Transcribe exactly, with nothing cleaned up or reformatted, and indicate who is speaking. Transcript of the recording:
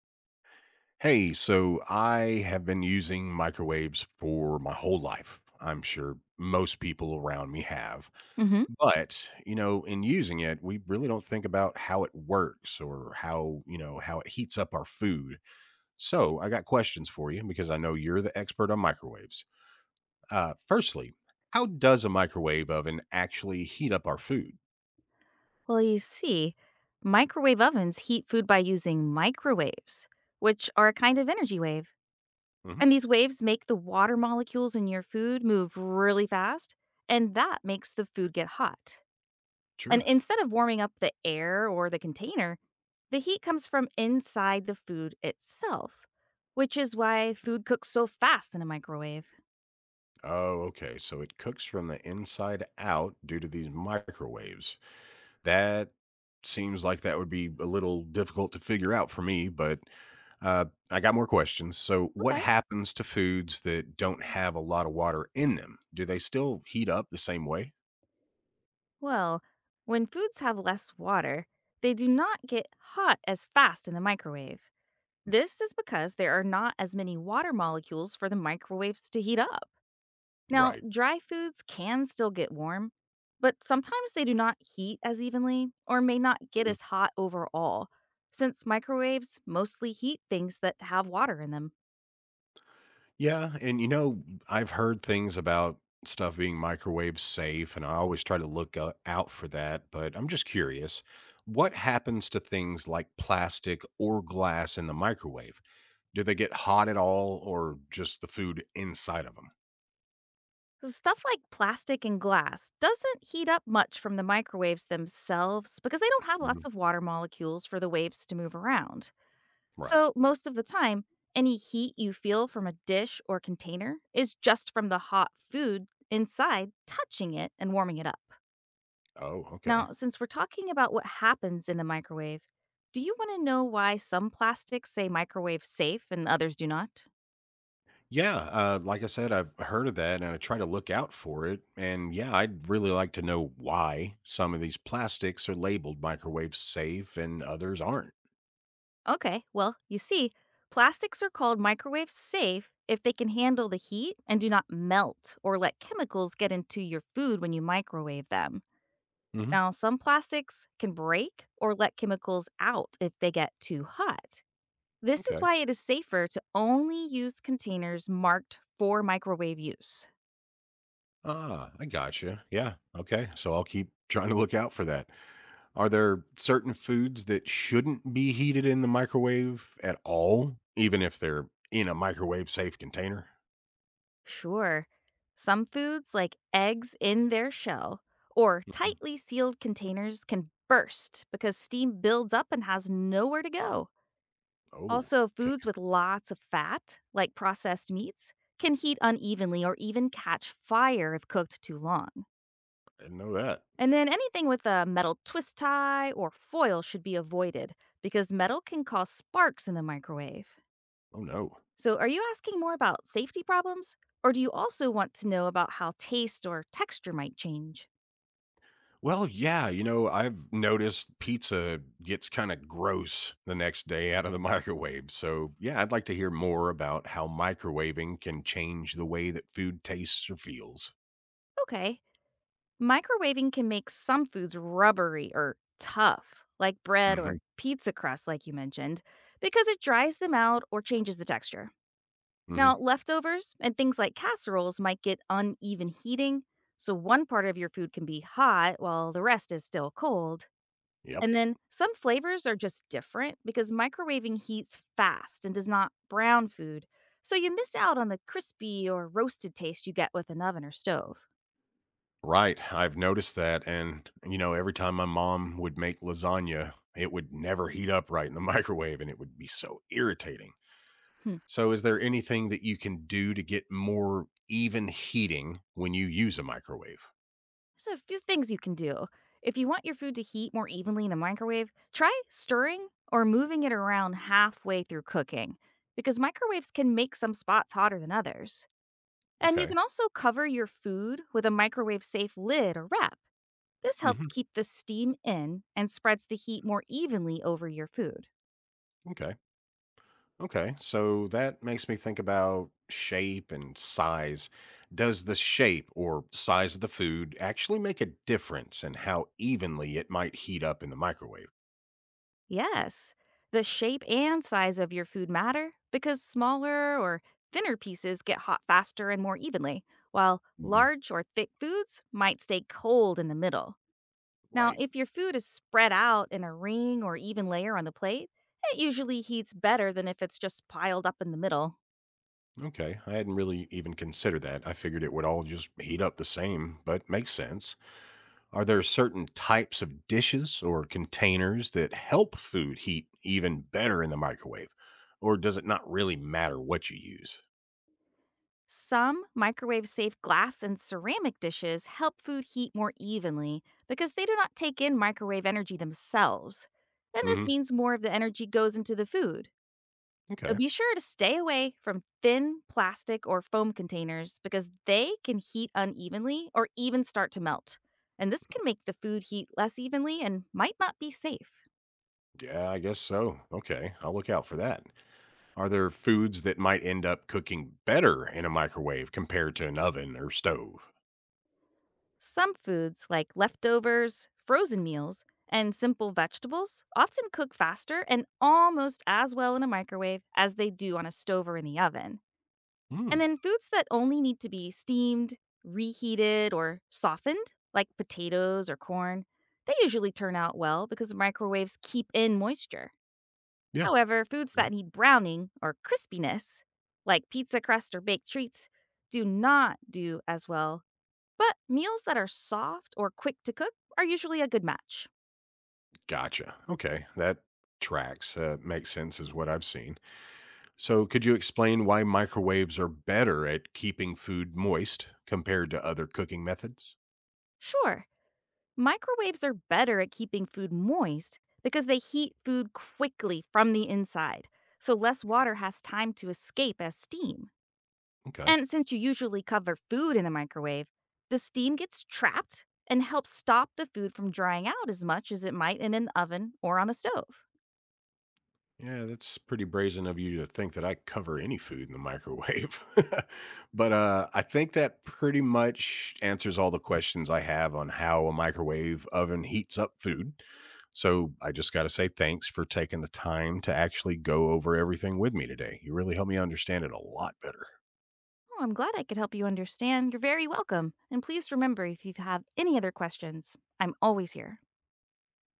Speaker 1: Hey, so I have been using microwaves for my whole life. I'm sure most people around me have.
Speaker 2: Hmm.
Speaker 1: But, you know, in using it, we really don't think about how it works or how, you know, how it heats up our food. So I got questions for you because I know you're the expert on microwaves. Uh, firstly, how does a microwave oven actually heat up our food?
Speaker 2: Well, you see, microwave ovens heat food by using microwaves, which are a kind of energy wave.
Speaker 1: Hmm.
Speaker 2: And these waves make the water molecules in your food move really fast, and that makes the food get hot. And
Speaker 1: Sure.
Speaker 2: instead of warming up the air or the container, the heat comes from inside the food itself, which is why food cooks so fast in a microwave.
Speaker 1: Oh, okay. So it cooks from the inside out due to these microwaves. That seems like that would be a little difficult to figure out for me, but uh, I got more questions. So, what
Speaker 2: Okay.
Speaker 1: happens to foods that don't have a lot of water in them? Do they still heat up the same way?
Speaker 2: Well, when foods have less water, they do not get hot as fast in the microwave. This is because there are not as many water molecules for the microwaves to heat up. Now,
Speaker 1: Right.
Speaker 2: dry foods can still get warm, but sometimes they do not heat as evenly or may not get
Speaker 1: Mhm.
Speaker 2: as hot overall, since microwaves mostly heat things that have water in them.
Speaker 1: Yeah. And, you know, I've heard things about stuff being microwave safe, and I always try to look o- out for that. But I'm just curious what happens to things like plastic or glass in the microwave? Do they get hot at all, or just the food inside of them?
Speaker 2: Stuff like plastic and glass doesn't heat up much from the microwaves themselves because they don't have lots
Speaker 1: Mhm.
Speaker 2: of water molecules for the waves to move around.
Speaker 1: Right.
Speaker 2: So, most of the time, any heat you feel from a dish or container is just from the hot food inside touching it and warming it up.
Speaker 1: Oh, okay.
Speaker 2: Now, since we're talking about what happens in the microwave, do you want to know why some plastics say microwave safe and others do not?
Speaker 1: Yeah, uh, like I said, I've heard of that and I try to look out for it. And yeah, I'd really like to know why some of these plastics are labeled microwave safe and others aren't.
Speaker 2: Okay, well, you see, plastics are called microwave safe if they can handle the heat and do not melt or let chemicals get into your food when you microwave them.
Speaker 1: Hmm.
Speaker 2: Now, some plastics can break or let chemicals out if they get too hot. This is
Speaker 1: Okay.
Speaker 2: why it is safer to only use containers marked for microwave use.
Speaker 1: Ah, I gotcha. Yeah. Okay. So I'll keep trying to look out for that. Are there certain foods that shouldn't be heated in the microwave at all, even if they're in a microwave safe container?
Speaker 2: Sure, some foods like eggs in their shell or
Speaker 1: Mhm.
Speaker 2: tightly sealed containers can burst because steam builds up and has nowhere to go.
Speaker 1: Oh,
Speaker 2: Also,
Speaker 1: okay.
Speaker 2: foods with lots of fat, like processed meats, can heat unevenly or even catch fire if cooked too long.
Speaker 1: I didn't know that.
Speaker 2: And then anything with a metal twist tie or foil should be avoided because metal can cause sparks in the microwave.
Speaker 1: Oh, no.
Speaker 2: So, are you asking more about safety problems? Or do you also want to know about how taste or texture might change?
Speaker 1: Well, yeah, you know, I've noticed pizza gets kind of gross the next day out of the microwave. So, yeah, I'd like to hear more about how microwaving can change the way that food tastes or feels.
Speaker 2: Okay, microwaving can make some foods rubbery or tough, like bread or
Speaker 1: Mhm.
Speaker 2: pizza crust, like you mentioned, because it dries them out or changes the texture.
Speaker 1: Mhm.
Speaker 2: Now, leftovers and things like casseroles might get uneven heating, so one part of your food can be hot while the rest is still cold.
Speaker 1: Yep.
Speaker 2: And then some flavors are just different because microwaving heats fast and does not brown food, so you miss out on the crispy or roasted taste you get with an oven or stove.
Speaker 1: Right. I've noticed that, and you know, every time my mom would make lasagna, it would never heat up right in the microwave and it would be so irritating.
Speaker 2: Hmm.
Speaker 1: So, is there anything that you can do to get more even heating when you use a microwave?
Speaker 2: So, a few things you can do. If you want your food to heat more evenly in the microwave, try stirring or moving it around halfway through cooking because microwaves can make some spots hotter than others. And you
Speaker 1: Okay.
Speaker 2: can also cover your food with a microwave safe lid or wrap. This helps
Speaker 1: Mhm.
Speaker 2: keep the steam in and spreads the heat more evenly over your food.
Speaker 1: Okay. Okay, so that makes me think about shape and size. Does the shape or size of the food actually make a difference in how evenly it might heat up in the microwave?
Speaker 2: Yes, the shape and size of your food matter because smaller or thinner pieces get hot faster and more evenly, while
Speaker 1: Mhm.
Speaker 2: large or thick foods might stay cold in the middle. Now,
Speaker 1: Right.
Speaker 2: if your food is spread out in a ring or even layer on the plate, it usually heats better than if it's just piled up in the middle.
Speaker 1: Okay, I hadn't really even considered that. I figured it would all just heat up the same, but makes sense. Are there certain types of dishes or containers that help food heat even better in the microwave? Or does it not really matter what you use?
Speaker 2: Some microwave safe glass and ceramic dishes help food heat more evenly because they do not take in microwave energy themselves. And this
Speaker 1: Hmm.
Speaker 2: means more of the energy goes into the food. But
Speaker 1: Okay.
Speaker 2: be sure to stay away from thin plastic or foam containers because they can heat unevenly or even start to melt. And this can make the food heat less evenly and might not be safe.
Speaker 1: Yeah, I guess so. Okay, I'll look out for that. Are there foods that might end up cooking better in a microwave compared to an oven or stove?
Speaker 2: Some foods, like leftovers, frozen meals, and simple vegetables, often cook faster and almost as well in a microwave as they do on a stove or in the oven. And
Speaker 1: Hmm.
Speaker 2: then foods that only need to be steamed, reheated, or softened, like potatoes or corn, they usually turn out well because microwaves keep in moisture.
Speaker 1: Yeah.
Speaker 2: However, foods that need browning or crispiness, like pizza crust or baked treats, do not do as well, but meals that are soft or quick to cook are usually a good match.
Speaker 1: Gotcha. Okay, that tracks. Uh, makes sense, is what I've seen. So, could you explain why microwaves are better at keeping food moist compared to other cooking methods?
Speaker 2: Sure, microwaves are better at keeping food moist because they heat food quickly from the inside, so less water has time to escape as steam.
Speaker 1: Okay.
Speaker 2: And since you usually cover food in the microwave, the steam gets trapped and helps stop the food from drying out as much as it might in an oven or on the stove.
Speaker 1: Yeah, that's pretty brazen of you to think that I cover any food in the microwave. But uh, I think that pretty much answers all the questions I have on how a microwave oven heats up food. So I just got to say thanks for taking the time to actually go over everything with me today. You really helped me understand it a lot better.
Speaker 2: Oh, I'm glad I could help you understand. You're very welcome. And please remember, if you have any other questions, I'm always here.